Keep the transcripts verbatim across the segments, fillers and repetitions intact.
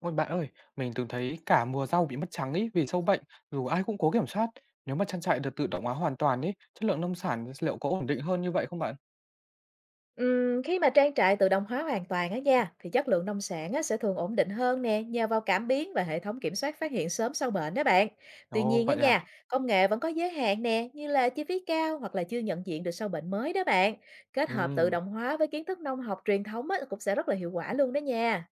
Ôi, bạn ơi, mình từng thấy cả mùa rau bị mất trắng ấy vì sâu bệnh, dù ai cũng cố kiểm soát. Nếu mà trang trại được tự động hóa hoàn toàn ấy, chất lượng nông sản liệu có ổn định hơn như vậy không bạn? Ừm, khi mà trang trại tự động hóa hoàn toàn á nha, thì chất lượng nông sản á, sẽ thường ổn định hơn nè, nhờ vào cảm biến và hệ thống kiểm soát phát hiện sớm sâu bệnh đó bạn. Tuy Ồ, nhiên á vậy à? nha, công nghệ vẫn có giới hạn nè, như là chi phí cao hoặc là chưa nhận diện được sâu bệnh mới đó bạn. Kết hợp tự Ừ, động hóa với kiến thức nông học truyền thống á, cũng sẽ rất là hiệu quả luôn đó nha.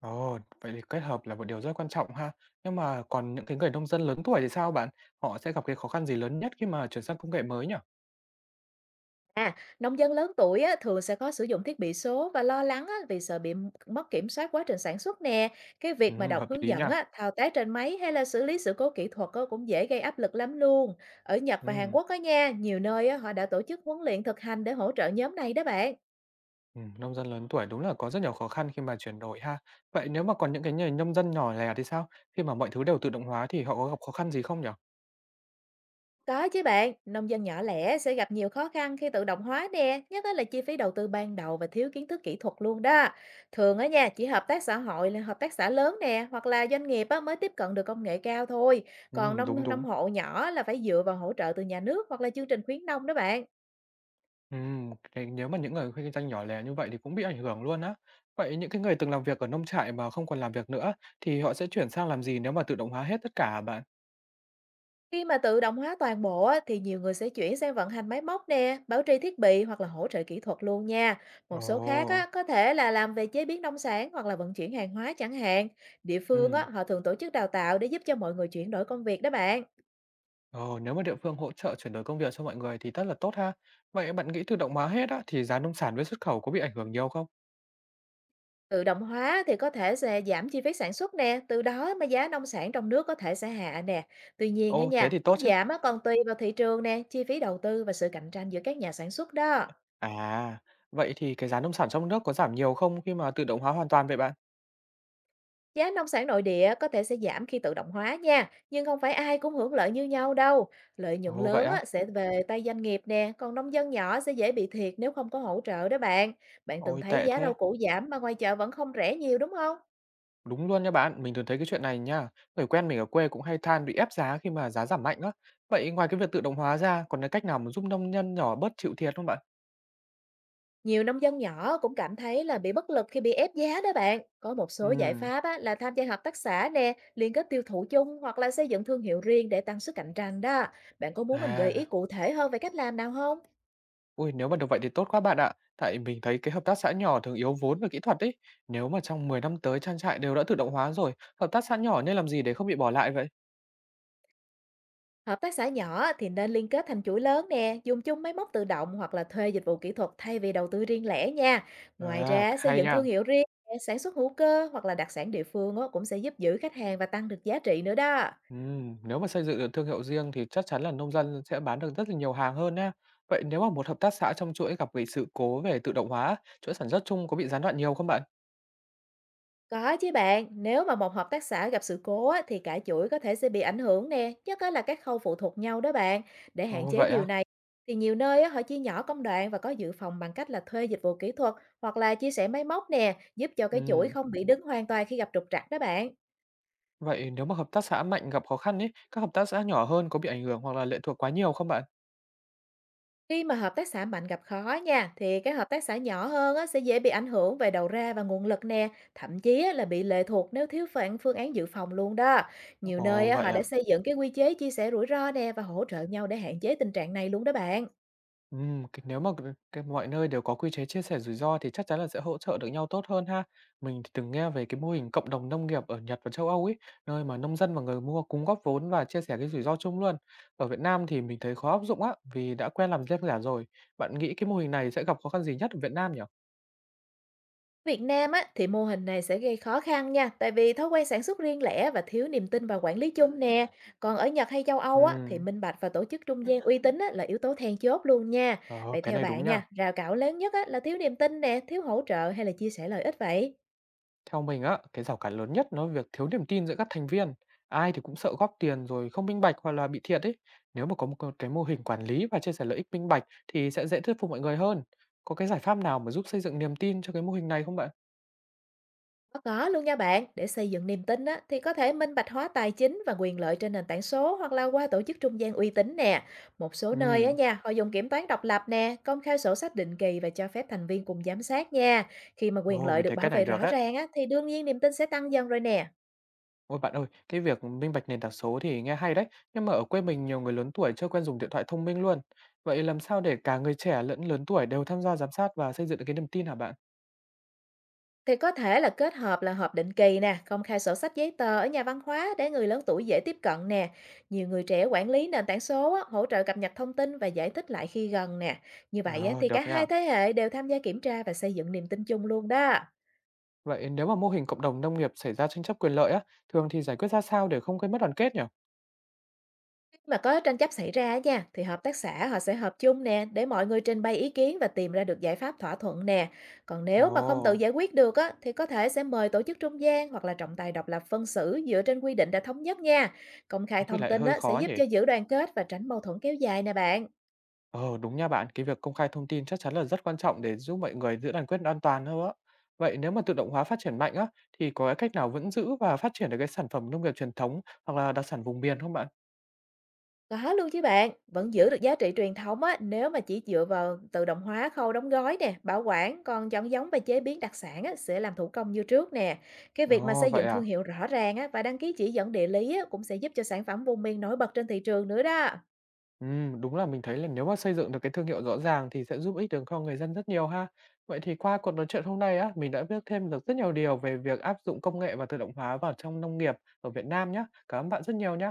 ồ, vậy thì kết hợp là một điều rất quan trọng ha. Nhưng mà còn những cái người nông dân lớn tuổi thì sao bạn? Họ sẽ gặp cái khó khăn gì lớn nhất khi mà chuyển sang công nghệ mới nhỉ? À, nông dân lớn tuổi á, thường sẽ có sử dụng thiết bị số và lo lắng á, vì sợ bị m- mất kiểm soát quá trình sản xuất nè. Cái việc mà Ừm, đọc hợp hướng lý dẫn nha. á, thao tác trên máy hay là xử lý sự cố kỹ thuật á, cũng dễ gây áp lực lắm luôn. Ở Nhật và Hàn Ừm, Quốc á nha, nhiều nơi á, họ đã tổ chức huấn luyện thực hành để hỗ trợ nhóm này đó bạn. ừm, nông dân lớn tuổi đúng là có rất nhiều khó khăn khi mà chuyển đổi ha. Vậy nếu mà còn những cái người nông dân nhỏ lẻ thì sao? Khi mà mọi thứ đều tự động hóa thì họ có gặp khó khăn gì không nhỉ? Có chứ bạn, nông dân nhỏ lẻ sẽ gặp nhiều khó khăn khi tự động hóa nè, nhất á là chi phí đầu tư ban đầu và thiếu kiến thức kỹ thuật luôn đó. Thường ở nhà chỉ hợp tác xã hội là hợp tác xã lớn nè, hoặc là doanh nghiệp á, mới tiếp cận được công nghệ cao thôi. Còn Ừm, đúng nông nông đúng. hộ nhỏ là phải dựa vào hỗ trợ từ nhà nước hoặc là chương trình khuyến nông đó bạn. Ừm, cái nếu mà những người kinh doanh nhỏ lẻ như vậy thì cũng bị ảnh hưởng luôn á. Vậy những cái người từng làm việc ở nông trại mà không còn làm việc nữa thì họ sẽ chuyển sang làm gì nếu mà tự động hóa hết tất cả hả bạn? Khi mà tự động hóa toàn bộ á, thì nhiều người sẽ chuyển sang vận hành máy móc nè, bảo trì thiết bị hoặc là hỗ trợ kỹ thuật luôn nha. Ồ, Một số khác á, có thể là làm về chế biến nông sản hoặc là vận chuyển hàng hóa chẳng hạn. Địa phương á, ừm, họ thường tổ chức đào tạo để giúp cho mọi người chuyển đổi công việc đó bạn. ồ, nếu mà địa phương hỗ trợ chuyển đổi công việc cho mọi người thì rất là tốt ha. Vậy bạn nghĩ tự động hóa hết á thì giá nông sản với xuất khẩu có bị ảnh hưởng nhiều không? Tự động hóa thì có thể sẽ giảm chi phí sản xuất nè, từ đó mà giá nông sản trong nước có thể sẽ hạ nè. Tuy nhiên á Ồ, thế nha, thì mức tốt chứ. giảm á, còn tùy vào thị trường nè, chi phí đầu tư và sự cạnh tranh giữa các nhà sản xuất đó. À, vậy thì cái giá nông sản trong nước có giảm nhiều không khi mà tự động hóa hoàn toàn vậy bạn? Giá nông sản nội địa có thể sẽ giảm khi tự động hóa nha, nhưng không phải ai cũng hưởng lợi như nhau đâu. Lợi nhuận Ồ, vậy lớn á? á, sẽ về tay doanh nghiệp nè, còn nông dân nhỏ sẽ dễ bị thiệt nếu không có hỗ trợ đó bạn. Bạn từng Ôi, thấy tệ giá thế. rau củ giảm mà ngoài chợ vẫn không rẻ nhiều đúng không? Đúng luôn nha bạn, mình thường thấy cái chuyện này nha. Người quen mình ở quê cũng hay than bị ép giá khi mà giá giảm mạnh á. Vậy ngoài cái việc tự động hóa ra, còn cái cách nào mà giúp nông nhân nhỏ bớt chịu thiệt không bạn? Nhiều nông dân nhỏ cũng cảm thấy là bị bất lực khi bị ép giá đó bạn. Có một số giải Ừm, pháp á, là tham gia hợp tác xã nè, liên kết tiêu thụ chung hoặc là xây dựng thương hiệu riêng để tăng sức cạnh tranh đó. Bạn có muốn mình gợi ý à, cụ thể hơn về cách làm nào không? ui, nếu mà được vậy thì tốt quá bạn ạ. Tại mình thấy cái hợp tác xã nhỏ thường yếu vốn và kỹ thuật ấy. Nếu mà trong mười năm tới trang trại đều đã tự động hóa rồi, hợp tác xã nhỏ nên làm gì để không bị bỏ lại vậy? Hợp tác xã nhỏ thì nên liên kết thành chuỗi lớn nè, dùng chung máy móc tự động hoặc là thuê dịch vụ kỹ thuật thay vì đầu tư riêng lẻ nha. Ngoài À, ra, xây hay dựng nha. thương hiệu riêng, sản xuất hữu cơ hoặc là đặc sản địa phương á, cũng sẽ giúp giữ khách hàng và tăng được giá trị nữa đó. Ừm, nếu mà xây dựng được thương hiệu riêng thì chắc chắn là nông dân sẽ bán được rất là nhiều hàng hơn nhá. Vậy nếu mà một hợp tác xã trong chuỗi gặp cái sự cố về tự động hóa, chuỗi sản xuất chung có bị gián đoạn nhiều không bạn? Có chứ bạn, nếu mà một hợp tác xã gặp sự cố á, thì cả chuỗi có thể sẽ bị ảnh hưởng nè, nhất á là các khâu phụ thuộc nhau đó bạn. Để hạn Ồ, chế vậy điều à? này, thì nhiều nơi á, họ chia nhỏ công đoạn và có dự phòng bằng cách là thuê dịch vụ kỹ thuật hoặc là chia sẻ máy móc nè, giúp cho cái chuỗi Ừm, không bị đứng hoàn toàn khi gặp trục trặc đó bạn. vậy nếu mà hợp tác xã mạnh gặp khó khăn ấy, các hợp tác xã nhỏ hơn có bị ảnh hưởng hoặc là lệ thuộc quá nhiều không bạn? Khi mà hợp tác xã mạnh gặp khó nha, thì các hợp tác xã nhỏ hơn á, sẽ dễ bị ảnh hưởng về đầu ra và nguồn lực nè, thậm chí á, là bị lệ thuộc nếu thiếu phản phương án dự phòng luôn đó. Nhiều nơi Ồ, á, vậy họ đã à? xây dựng cái quy chế chia sẻ rủi ro nè và hỗ trợ nhau để hạn chế tình trạng này luôn đó bạn. Ừm, cái nếu mà c cái mọi nơi đều có quy chế chia sẻ rủi ro thì chắc chắn là sẽ hỗ trợ được nhau tốt hơn ha. Mình thì từng nghe về cái mô hình cộng đồng nông nghiệp ở Nhật và châu Âu ấy, nơi mà nông dân và người mua cùng góp vốn và chia sẻ cái rủi ro chung luôn. Ở Việt Nam thì mình thấy khó áp dụng á, vì đã quen làm riêng lẻ rồi. Bạn nghĩ cái mô hình này sẽ gặp khó khăn gì nhất ở Việt Nam nhỉ? Việt Nam á, thì mô hình này sẽ gây khó khăn nha, tại vì thói quen sản xuất riêng lẻ và thiếu niềm tin vào quản lý chung nè. Còn ở Nhật hay châu Âu á, thì Ừm, minh bạch và tổ chức trung gian uy tín á, là yếu tố then chốt luôn nha. ờ, Vậy cái theo này đúng bạn nhỉ. nha, rào cản lớn nhất á, là thiếu niềm tin nè, thiếu hỗ trợ hay là chia sẻ lợi ích vậy? Theo mình á, cái rào cản lớn nhất nó là việc thiếu niềm tin giữa các thành viên. Ai thì cũng sợ góp tiền rồi không minh bạch hoặc là bị thiệt ấy. Nếu mà có một cái cái mô hình quản lý và chia sẻ lợi ích minh bạch thì sẽ dễ thuyết phục mọi người hơn. Có cái giải pháp nào mà giúp xây dựng niềm tin cho cái mô hình này không bạn? Có có luôn nha bạn, để xây dựng niềm tin á, thì có thể minh bạch hóa tài chính và quyền lợi trên nền tảng số hoặc là qua tổ chức trung gian uy tín nè. Một số nơi á Ừ, nha, họ dùng kiểm toán độc lập nè, công khai sổ sách định kỳ và cho phép thành viên cùng giám sát nha. Khi mà quyền ồ, lợi mình được thấy bảo cái này vệ được rõ á. ràng á, thì đương nhiên niềm tin sẽ tăng dần rồi nè. Ôi bạn ơi, cái việc minh bạch nền tảng số thì nghe hay đấy, nhưng mà ở quê mình nhiều người lớn tuổi chưa quen dùng điện thoại thông minh luôn. Vậy làm sao để cả người trẻ lẫn lớn tuổi đều tham gia giám sát và xây dựng được cái niềm tin hả bạn? Thì có thể là kết hợp là họp định kỳ nè, công khai sổ sách giấy tờ ở nhà văn hóa để người lớn tuổi dễ tiếp cận nè. Nhiều người trẻ quản lý nền tảng số á, hỗ trợ cập nhật thông tin và giải thích lại khi gần nè. Như vậy á, Ờ, thì cả được hai nha. thế hệ đều tham gia kiểm tra và xây dựng niềm tin chung luôn đó. Vậy nếu mà mô hình cộng đồng nông nghiệp xảy ra tranh chấp quyền lợi á, thường thì giải quyết ra sao để không gây mất đoàn kết nhỉ? Khi mà có tranh chấp xảy ra á nha, thì hợp tác xã họ sẽ họp chung nè để mọi người trình bày ý kiến và tìm ra được giải pháp thỏa thuận nè. Còn Ồ, nếu mà không tự giải quyết được á, thì có thể sẽ mời tổ chức trung gian hoặc là trọng tài độc lập phân xử dựa trên quy định đã thống nhất nha. Công khai thế thì thông lại tin hơi á, sẽ khó giúp nhỉ. cho giữ đoàn kết và tránh mâu thuẫn kéo dài nè bạn. Ờ, đúng nha bạn, cái việc công khai thông tin chắc chắn là rất quan trọng để giúp mọi người giữ đoàn kết an toàn hơn á. Vậy nếu mà tự động hóa phát triển mạnh á, thì có cái cách nào vẫn giữ và phát triển được cái sản phẩm nông nghiệp truyền thống hoặc là đặc sản vùng miền không bạn? Có luôn chứ bạn, vẫn giữ được giá trị truyền thống á, nếu mà chỉ dựa vào tự động hóa khâu đóng gói nè, bảo quản, còn chọn giống và chế biến đặc sản á, sẽ làm thủ công như trước nè. Cái việc mà Ồ, xây vậy dựng thương à? hiệu rõ ràng á, và đăng ký chỉ dẫn địa lý á, cũng sẽ giúp cho sản phẩm vùng miền nổi bật trên thị trường nữa đó. Ừm, đúng là mình thấy là nếu mà xây dựng được cái thương hiệu rõ ràng thì sẽ giúp ích được cho người dân rất nhiều ha. Vậy thì qua cuộc nói chuyện hôm nay á, mình đã biết thêm được rất nhiều điều về việc áp dụng công nghệ và tự động hóa vào trong nông nghiệp ở Việt Nam nhé. Cảm ơn bạn rất nhiều nhé.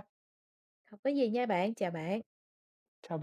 Không có gì nha bạn, chào bạn. Chào bạn.